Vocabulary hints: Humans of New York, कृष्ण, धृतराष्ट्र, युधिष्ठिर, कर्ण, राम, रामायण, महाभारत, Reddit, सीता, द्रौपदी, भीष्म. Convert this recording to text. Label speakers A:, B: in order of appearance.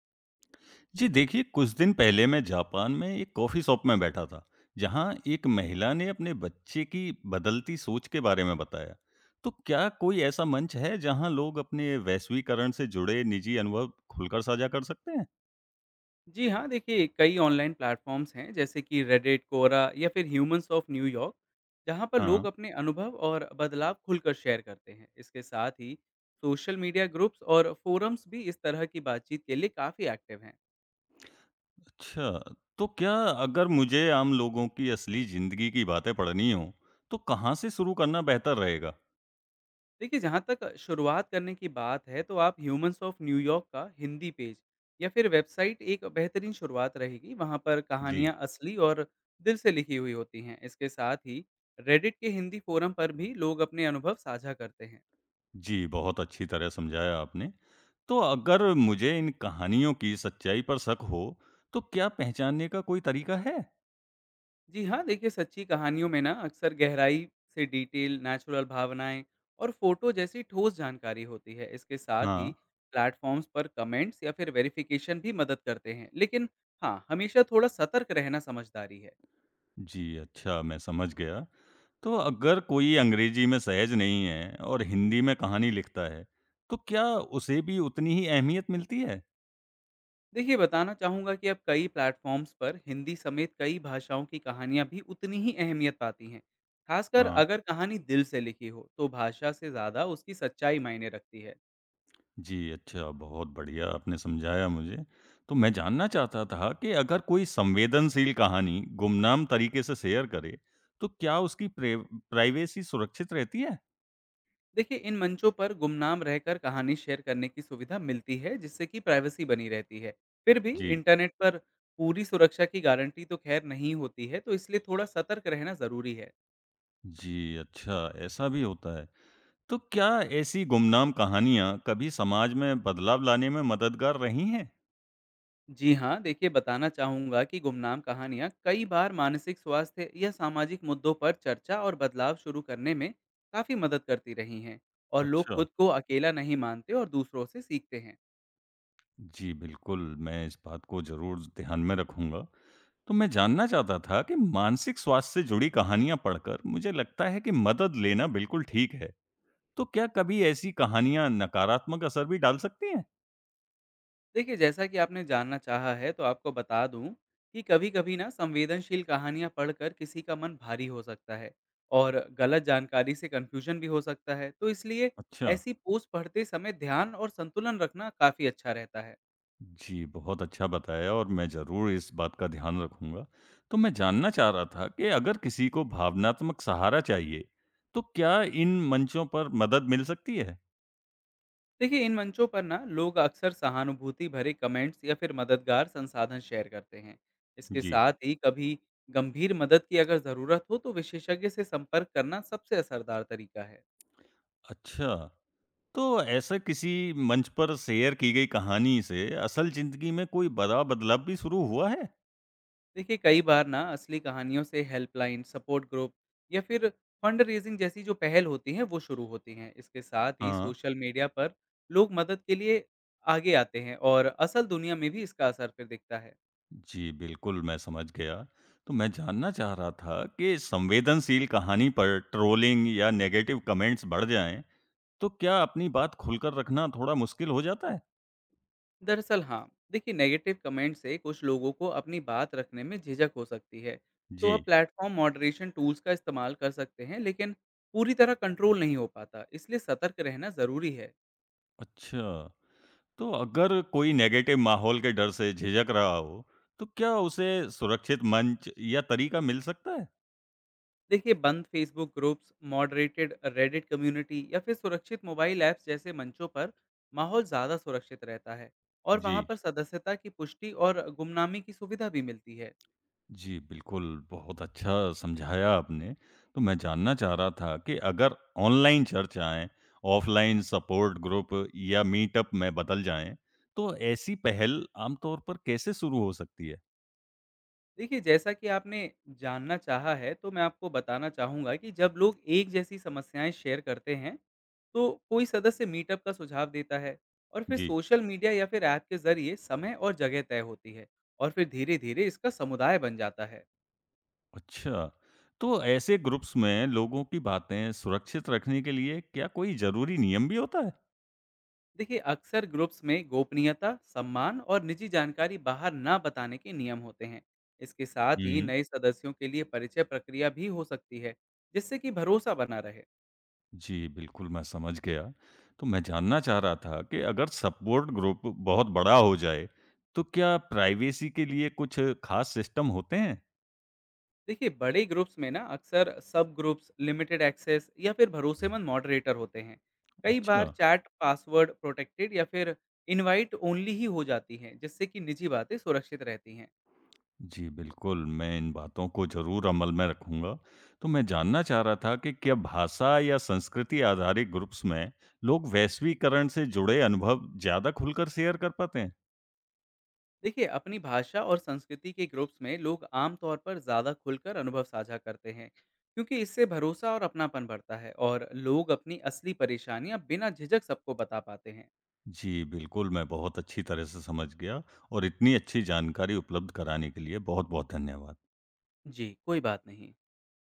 A: जी देखिए, कुछ दिन पहले मैं Japan में एक coffee shop में बैठा था, जहाँ एक महिला ने अपने बच्चे की बदलती सोच के बारे में बताया। तो क्या कोई ऐसा मंच है जहाँ लोग अपने वैश्वीकरण से जुड़े निजी अनुभव खुलकर साझा कर सकते हैं?
B: जी हाँ, देखिए कई ऑनलाइन प्लेटफ़ॉर्म्स हैं जैसे कि रेडिट, कोरा या फिर ह्यूमंस ऑफ न्यूयॉर्क, जहाँ पर
A: हाँ,
B: लोग अपने अनुभव और बदलाव खुलकर शेयर करते हैं। इसके साथ ही सोशल मीडिया ग्रुप्स और फ़ोरम्स भी इस तरह की बातचीत के लिए काफ़ी एक्टिव हैं।
A: अच्छा। तो क्या अगर मुझे आम लोगों की असली ज़िंदगी की बातें पढ़नी हों, तो कहाँ से शुरू करना बेहतर रहेगा?
B: देखिए जहाँ तक शुरुआत करने की बात है तो आप ह्यूमंस ऑफ न्यूयॉर्क का हिंदी पेज या फिर वेबसाइट एक बेहतरीन शुरुआत रहेगी। वहाँ पर
A: जी।
B: कहानियाँ असली और दिल से लिखी हुई होती हैं। इसके साथ ही रेडिट के हिंदी फ़ोरम पर भी लोग अपने अनुभव साझा करते हैं।
A: जी, बहुत अच्छी तरह समझाया आपने। तो अगर मुझे इन कहानियों की सच्चाई पर शक हो, तो क्या पहचानने का कोई तरीका है?
B: जी हाँ, देखिए सच्ची कहानियों में ना अक्सर गहराई से डिटेल, नेचुरल भावनाएँ और फ़ोटो जैसी ठोस जानकारी होती है। इसके साथ ही
A: हाँ,
B: प्लेटफ़ॉर्म्स पर कमेंट्स या फिर वेरिफ़िकेशन भी मदद करते हैं। लेकिन हाँ, हमेशा थोड़ा सतर्क रहना समझदारी है।
A: जी, अच्छा मैं समझ गया। तो अगर कोई अंग्रेजी में सहज नहीं है और हिंदी में कहानी लिखता है, तो क्या उसे भी उतनी ही अहमियत मिलती है?
B: देखिए बताना चाहूँगा कि अब कई प्लेटफ़ॉर्म्स पर हिंदी समेत कई भाषाओं की कहानियाँ भी उतनी ही अहमियत पाती हैं। ख़ासकर
A: हाँ।
B: अगर कहानी दिल से लिखी हो, तो भाषा से ज़्यादा उसकी सच्चाई मायने रखती है।
A: जी, अच्छा, बहुत बढ़िया आपने समझाया मुझे। तो मैं जानना चाहता था कि अगर कोई संवेदनशील कहानी गुमनाम तरीके से शेयर करे, तो क्या उसकी प्रे प्राइवेसी सुरक्षित रहती है?
B: देखिए इन मंचों पर गुमनाम रहकर कहानी शेयर करने की सुविधा मिलती है जिससे कि प्राइवेसी बनी रहती है। फिर भी
A: जी।
B: इंटरनेट पर पूरी सुरक्षा की गारंटी तो खैर नहीं होती है, तो इसलिए थोड़ा सतर्क रहना ज़रूरी है।
A: जी, अच्छा, ऐसा भी होता है। तो क्या ऐसी गुमनाम कहानियाँ कभी समाज में बदलाव लाने में मददगार रही हैं?
B: जी हाँ, देखिए बताना चाहूँगा कि गुमनाम कहानियाँ कई बार मानसिक स्वास्थ्य या सामाजिक मुद्दों पर चर्चा और बदलाव शुरू करने में काफ़ी मदद करती रही हैं। और लोग
A: अच्छा।
B: खुद को अकेला नहीं मानते और दूसरों से सीखते हैं।
A: जी, बिल्कुल, मैं इस बात को ज़रूर ध्यान में रखूँगा। तो मैं जानना चाहता था कि मानसिक स्वास्थ्य से जुड़ी कहानियां पढ़कर मुझे लगता है कि मदद लेना बिल्कुल ठीक है। तो क्या कभी ऐसी कहानियां नकारात्मक असर भी डाल सकती हैं?
B: देखिए जैसा कि आपने जानना चाहा है तो आपको बता दूं कि कभी-कभी ना संवेदनशील कहानियां पढ़कर किसी का मन भारी हो सकता है, और गलत जानकारी से कंफ्यूजन भी हो सकता है। तो इसलिए
A: अच्छा,
B: ऐसी पोस्ट पढ़ते समय ध्यान और संतुलन रखना काफी अच्छा रहता है।
A: जी बहुत अच्छा बताया और मैं जरूर इस बात का ध्यान रखूंगा। तो मैं जानना चाह रहा था कि अगर किसी को भावनात्मक सहारा चाहिए, तो क्या इन मंचों पर मदद मिल सकती है?
B: देखिए इन मंचों पर ना लोग अक्सर सहानुभूति भरे कमेंट्स या फिर मददगार संसाधन शेयर करते हैं। इसके
A: जी,
B: साथ ही कभी गंभीर मदद की अगर ज़रूरत हो तो विशेषज्ञ से संपर्क करना सबसे असरदार तरीका है।
A: अच्छा। तो ऐसा किसी मंच पर शेयर की गई कहानी से असल जिंदगी में कोई बड़ा बदलाव भी शुरू हुआ है?
B: देखिए कई बार ना असली कहानियों से हेल्पलाइन, सपोर्ट ग्रुप या फिर फंड रेजिंग जैसी जो पहल होती हैं वो शुरू होती हैं। इसके साथ ही
A: हाँ,
B: सोशल मीडिया पर लोग मदद के लिए आगे आते हैं और असल दुनिया में भी इसका असर फिर दिखता है।
A: जी, बिल्कुल, मैं समझ गया। तो मैं जानना चाह रहा था कि संवेदनशील कहानी पर ट्रोलिंग या नेगेटिव कमेंट्स बढ़ जाएँ, तो क्या अपनी बात खुलकर रखना थोड़ा मुश्किल हो जाता है?
B: दरअसल हाँ, देखिए नेगेटिव कमेंट से कुछ लोगों को अपनी बात रखने में झिझक हो सकती है। तो
A: जी,
B: अब प्लेटफॉर्म मॉडरेशन टूल्स का इस्तेमाल कर सकते हैं, लेकिन पूरी तरह कंट्रोल नहीं हो पाता, इसलिए सतर्क रहना ज़रूरी है।
A: अच्छा। तो अगर कोई नेगेटिव माहौल के डर से झिझक रहा हो, तो क्या उसे सुरक्षित मंच या तरीका मिल सकता है?
B: देखिए बंद Facebook groups, moderated Reddit community या फिर सुरक्षित मोबाइल ऐप्स जैसे मंचों पर माहौल ज़्यादा सुरक्षित रहता है, और
A: जी।
B: वहाँ पर सदस्यता की पुष्टि और गुमनामी की सुविधा भी मिलती है।
A: जी, बिल्कुल, बहुत अच्छा समझाया आपने। तो मैं जानना चाह रहा था कि अगर ऑनलाइन चर्चाएँ, ऑफ़लाइन सपोर्ट ग्रुप या मीटअप में बदल जाएँ, तो ऐसी पहल आमतौर पर कैसे शुरू हो सकती है?
B: देखिए जैसा कि आपने जानना चाहा है, तो मैं आपको बताना चाहूँगा कि जब लोग एक जैसी समस्याएं शेयर करते हैं तो कोई सदस्य मीटअप का सुझाव देता है, और फिर
A: जी,
B: सोशल मीडिया या फिर ऐप के जरिए समय और जगह तय होती है। और फिर धीरे धीरे इसका समुदाय बन जाता है।
A: अच्छा। तो ऐसे ग्रुप्स में लोगों की बातें सुरक्षित रखने के लिए क्या कोई ज़रूरी नियम भी होता
B: देखिए अक्सर ग्रुप्स में गोपनीयता, सम्मान और निजी जानकारी बाहर ना बताने के नियम होते हैं। इसके साथ ही
A: है?
B: नए सदस्यों के लिए परिचय प्रक्रिया भी हो सकती है, जिससे कि भरोसा बना रहे।
A: जी, बिल्कुल मैं समझ गया। तो मैं जानना चाह रहा था कि अगर सपोर्ट ग्रुप बहुत बड़ा हो जाए, तो क्या प्राइवेसी के लिए कुछ ख़ास सिस्टम होते हैं?
B: देखिए बड़े ग्रुप्स में ना अक्सर सब ग्रुप्स, लिमिटेड एक्सेस या फिर भरोसेमंद मॉडरेटर होते हैं। कई
A: अच्छा।
B: बार चैट पासवर्ड प्रोटेक्टेड या फिर इनवाइट ओनली ही हो जाती है, जिससे कि निजी बातें सुरक्षित रहती हैं।
A: जी, बिल्कुल, मैं इन बातों को ज़रूर अमल में रखूँगा। तो मैं जानना चाह रहा था कि क्या भाषा या संस्कृति आधारित ग्रुप्स में लोग वैश्वीकरण से जुड़े अनुभव ज़्यादा खुलकर शेयर कर पाते हैं?
B: देखिए अपनी भाषा और संस्कृति के ग्रुप्स में लोग आमतौर पर ज़्यादा खुलकर अनुभव साझा करते हैं, क्योंकि इससे भरोसा और अपनापन बढ़ता है और लोग अपनी असली परेशानियां बिना झिझक सबको बता पाते हैं।
A: जी, बिल्कुल, मैं बहुत अच्छी तरह से समझ गया और इतनी अच्छी जानकारी उपलब्ध कराने के लिए बहुत-बहुत धन्यवाद।
B: जी, कोई बात नहीं।